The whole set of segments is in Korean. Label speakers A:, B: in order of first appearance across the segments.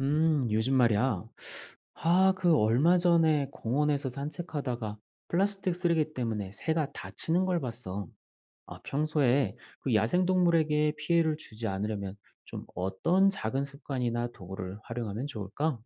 A: 요즘 말이야. 아, 그 얼마 전에 공원에서 산책하다가 플라스틱 쓰레기 때문에 새가 다치는 걸 봤어. 아, 평소에 그 야생동물에게 피해를 주지 않으려면 좀 어떤 작은 습관이나 도구를 활용하면 좋을까?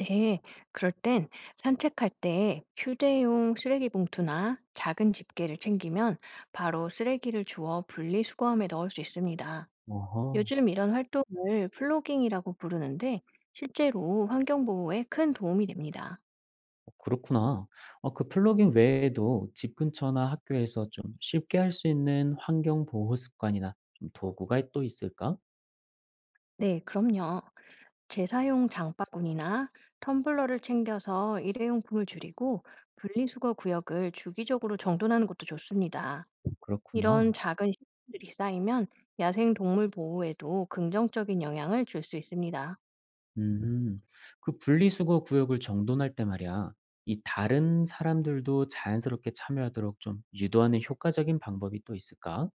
B: 네, 그럴 땐 산책할 때 휴대용 쓰레기 봉투나 작은 집게를 챙기면 바로 쓰레기를 주워 분리수거함에 넣을 수 있습니다.
A: 어허,
B: 요즘 이런 활동을 플로깅이라고 부르는데 실제로 환경보호에 큰 도움이 됩니다.
A: 그렇구나. 어, 그 플로깅 외에도 집 근처나 학교에서 좀 쉽게 할 수 있는 환경 보호 습관이나 좀 도구가 또 있을까?
B: 네, 그럼요. 재사용 장바구니나 텀블러를 챙겨서 일회용품을 줄이고 분리수거 구역을 주기적으로 정돈하는 것도 좋습니다.
A: 그렇구나.
B: 이런 작은 실수들이 쌓이면 야생 동물 보호에도 긍정적인 영향을 줄 수 있습니다.
A: 음. 그 분리수거 구역을 정돈할 때 말이야. 이 다른 사람들도 자연스럽게 참여하도록 좀 유도하는 효과적인 방법이 또 있을까?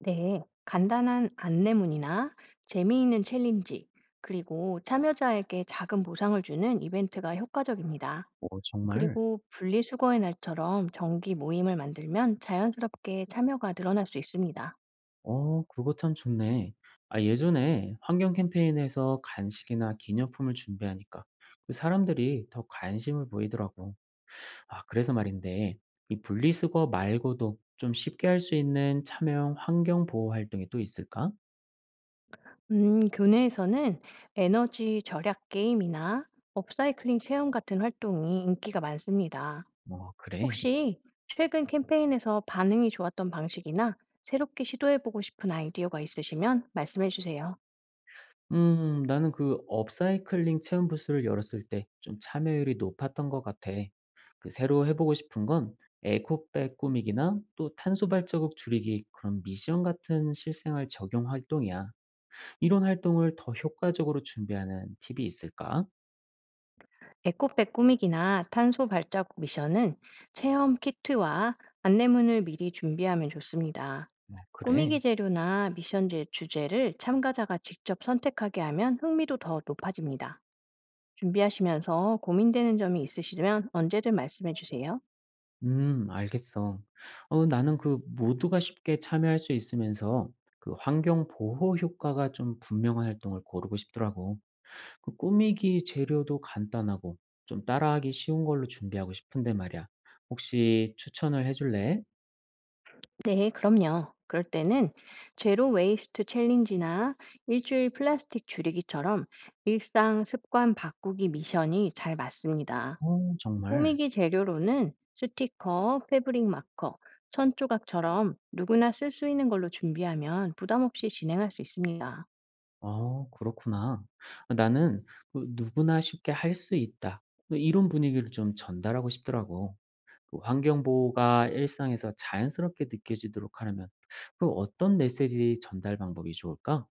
B: 네, 간단한 안내문이나 재미있는 챌린지, 그리고 참여자에게 작은 보상을 주는 이벤트가 효과적입니다.
A: 오 정말.
B: 그리고 분리수거의 날처럼 정기 모임을 만들면 자연스럽게 참여가 늘어날 수 있습니다.
A: 어, 그거 참 좋네. 아, 예전에 환경 캠페인에서 간식이나 기념품을 준비하니까 그 사람들이 더 관심을 보이더라고. 아, 그래서 말인데, 이 분리수거 말고도 좀 쉽게 할 수 있는 참여형 환경 보호 활동이 또 있을까?
B: 교내에서는 에너지 절약 게임이나 업사이클링 체험 같은 활동이 인기가 많습니다.
A: 어, 그래.
B: 혹시 최근 캠페인에서 반응이 좋았던 방식이나 새롭게 시도해보고 싶은 아이디어가 있으시면 말씀해주세요.
A: 나는 그 업사이클링 체험 부스를 열었을 때 좀 참여율이 높았던 것 같아. 그 새로 해보고 싶은 건 에코백 꾸미기나 또 탄소 발자국 줄이기 그런 미션 같은 실생활 적용 활동이야. 이런 활동을 더 효과적으로 준비하는 팁이 있을까?
B: 에코백 꾸미기나 탄소 발자국 미션은 체험 키트와 안내문을 미리 준비하면 좋습니다.
A: 뭐, 그래.
B: 꾸미기 재료나 미션 제 주제를 참가자가 직접 선택하게 하면 흥미도 더 높아집니다. 준비하시면서 고민되는 점이 있으시면 언제든 말씀해주세요.
A: 알겠어. 어, 나는 그 모두가 쉽게 참여할 수 있으면서 그 환경 보호 효과가 좀 분명한 활동을 고르고 싶더라고. 그 꾸미기 재료도 간단하고 좀 따라하기 쉬운 걸로 준비하고 싶은데 말이야. 혹시 추천을 해 줄래?
B: 네, 그럼요. 그럴 때는 제로 웨이스트 챌린지나 일주일 플라스틱 줄이기처럼 일상 습관 바꾸기 미션이 잘 맞습니다.
A: 어 정말?
B: 꾸미기 재료로는 스티커, 패브릭 마커, 천 조각처럼 누구나 쓸 수 있는 걸로 준비하면 부담 없이 진행할 수 있습니다.
A: 아 그렇구나. 나는 그 누구나 쉽게 할 수 있다. 그 이런 분위기를 좀 전달하고 싶더라고. 그 환경 보호가 일상에서 자연스럽게 느껴지도록 하려면 그 어떤 메시지 전달 방법이 좋을까?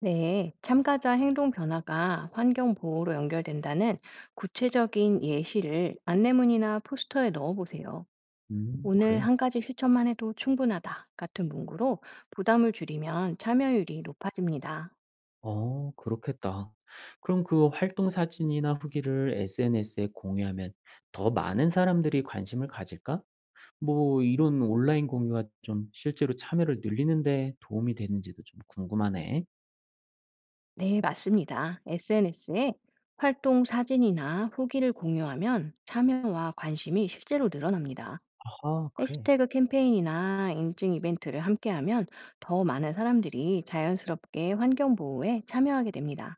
B: 네, 참가자 행동 변화가 환경 보호로 연결된다는 구체적인 예시를 안내문이나 포스터에 넣어 보세요. 오늘
A: 그래.
B: 한 가지 실천만 해도 충분하다 같은 문구로 부담을 줄이면 참여율이 높아집니다.
A: 어 그렇겠다. 그럼 그 활동 사진이나 후기를 SNS에 공유하면 더 많은 사람들이 관심을 가질까? 뭐 이런 온라인 공유가 좀 실제로 참여를 늘리는 데 도움이 되는지도 좀 궁금하네.
B: 네, 맞습니다. SNS에 활동 사진이나 후기를 공유하면 참여와 관심이 실제로 늘어납니다.
A: 아하, 그래.
B: 해시태그 캠페인이나 인증 이벤트를 함께하면 더 많은 사람들이 자연스럽게 환경 보호에 참여하게 됩니다.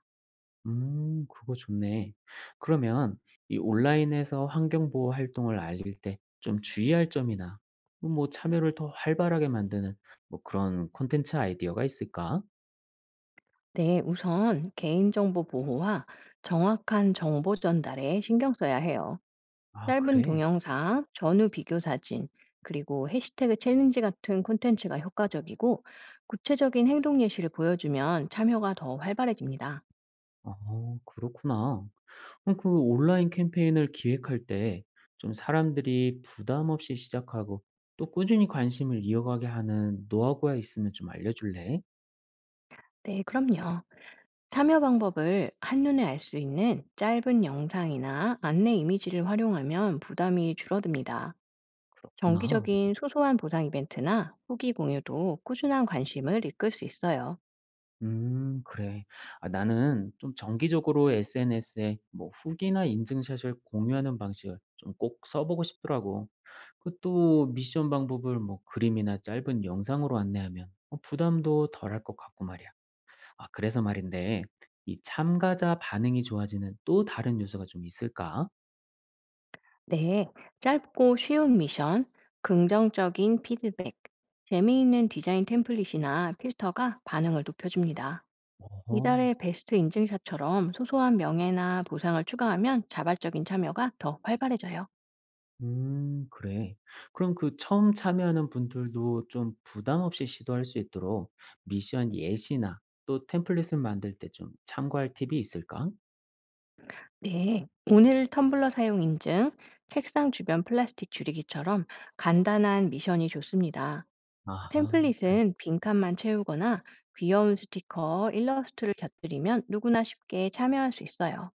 A: 그거 좋네. 그러면 이 온라인에서 환경 보호 활동을 알릴 때 좀 주의할 점이나 뭐 참여를 더 활발하게 만드는 뭐 그런 콘텐츠 아이디어가 있을까?
B: 네, 우선 개인정보 보호와 정확한 정보 전달에 신경 써야 해요.
A: 아,
B: 짧은
A: 그래.
B: 동영상, 전후 비교 사진, 그리고 해시태그 챌린지 같은 콘텐츠가 효과적이고 구체적인 행동 예시를 보여주면 참여가 더 활발해집니다.
A: 어, 그렇구나. 어 그 온라인 캠페인을 기획할 때 좀 사람들이 부담 없이 시작하고 또 꾸준히 관심을 이어가게 하는 노하우가 있으면 좀 알려줄래?
B: 네, 그럼요. 참여 방법을 한눈에 알 수 있는 짧은 영상이나 안내 이미지를 활용하면 부담이 줄어듭니다.
A: 그렇구나.
B: 정기적인 소소한 보상 이벤트나 후기 공유도 꾸준한 관심을 이끌 수 있어요.
A: 그래. 아, 나는 좀 정기적으로 SNS에 뭐 후기나 인증샷을 공유하는 방식을 좀 꼭 써보고 싶더라고. 그 또 미션 방법을 뭐 그림이나 짧은 영상으로 안내하면 부담도 덜할 것 같고 말이야. 아 그래서 말인데 이 참가자 반응이 좋아지는 또 다른 요소가 좀 있을까?
B: 네, 짧고 쉬운 미션, 긍정적인 피드백, 재미있는 디자인 템플릿이나 필터가 반응을 높여줍니다.
A: 어
B: 이달의 베스트 인증샷처럼 소소한 명예나 보상을 추가하면 자발적인 참여가 더 활발해져요.
A: 그래. 그럼 그 처음 참여하는 분들도 좀 부담 없이 시도할 수 있도록 미션 예시나 또 템플릿을 만들 때 좀 참고할 팁이 있을까?
B: 네, 오늘 텀블러 사용 인증, 책상 주변 플라스틱 줄이기처럼 간단한 미션이 좋습니다.
A: 아하. 그래.
B: 템플릿은 빈칸만 채우거나 귀여운 스티커, 일러스트를 곁들이면 누구나 쉽게 참여할 수 있어요.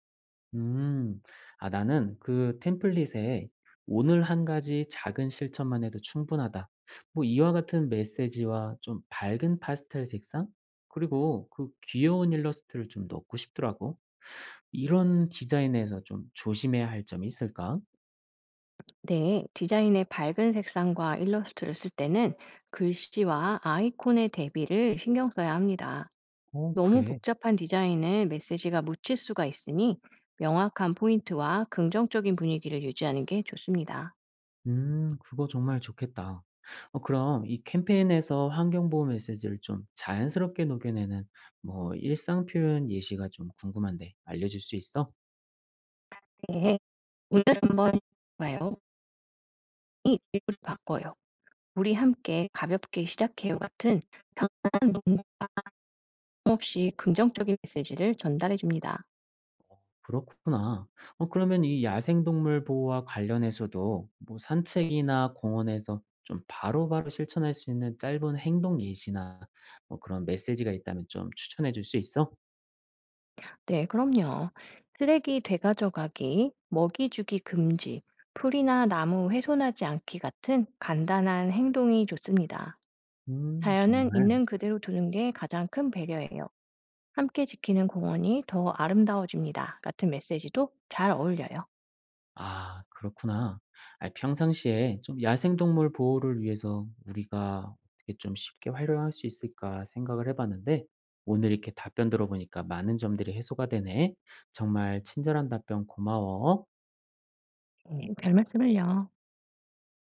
A: 음. 아 나는 그 템플릿에 '오늘 한 가지 작은 실천만 해도 충분하다.' 뭐 이와 같은 메시지와 좀 밝은 파스텔 색상 그리고 그 귀여운 일러스트를 좀 넣고 싶더라고. 이런 디자인에서 좀 조심해야 할 점이 있을까?
B: 네, 디자인의 밝은 색상과 일러스트를 쓸 때는 글씨와 아이콘의 대비를 신경 써야 합니다.
A: 어
B: 너무
A: 그래.
B: 복잡한 디자인은 메시지가 묻힐 수가 있으니 명확한 포인트와 긍정적인 분위기를 유지하는 게 좋습니다.
A: 그거 정말 좋겠다. 어 그럼 이 캠페인에서 환경 보호 메시지를 좀 자연스럽게 녹여내는 뭐 일상 표현 예시가 좀 궁금한데 알려줄 수 있어?
B: 네, 오늘 한번 봐요. 이 질문 바꿔요. 우리 함께 가볍게 시작해요 같은 편안한 농담 없이 긍정적인 메시지를 전달해 줍니다.
A: 그렇구나. 어 그러면 이 야생동물 보호와 관련해서도 뭐 산책이나 공원에서 좀 바로바로 실천할 수 있는 짧은 행동 예시나 뭐 그런 메시지가 있다면 좀 추천해 줄 수 있어?
B: 네, 그럼요. 쓰레기 되가져가기, 먹이 주기 금지, 풀이나 나무 훼손하지 않기 같은 간단한 행동이 좋습니다. 자연은
A: 정말.
B: 있는 그대로 두는 게 가장 큰 배려예요. 함께 지키는 공원이 더 아름다워집니다. 같은 메시지도 잘 어울려요.
A: 아 그렇구나. 아 평상시에 좀 야생동물 보호를 위해서 우리가 어떻게 좀 쉽게 활용할 수 있을까 생각을 해 봤는데 오늘 이렇게 답변 들어보니까 많은 점들이 해소가 되네. 정말 친절한 답변 고마워.
B: 네, 별 말씀을요.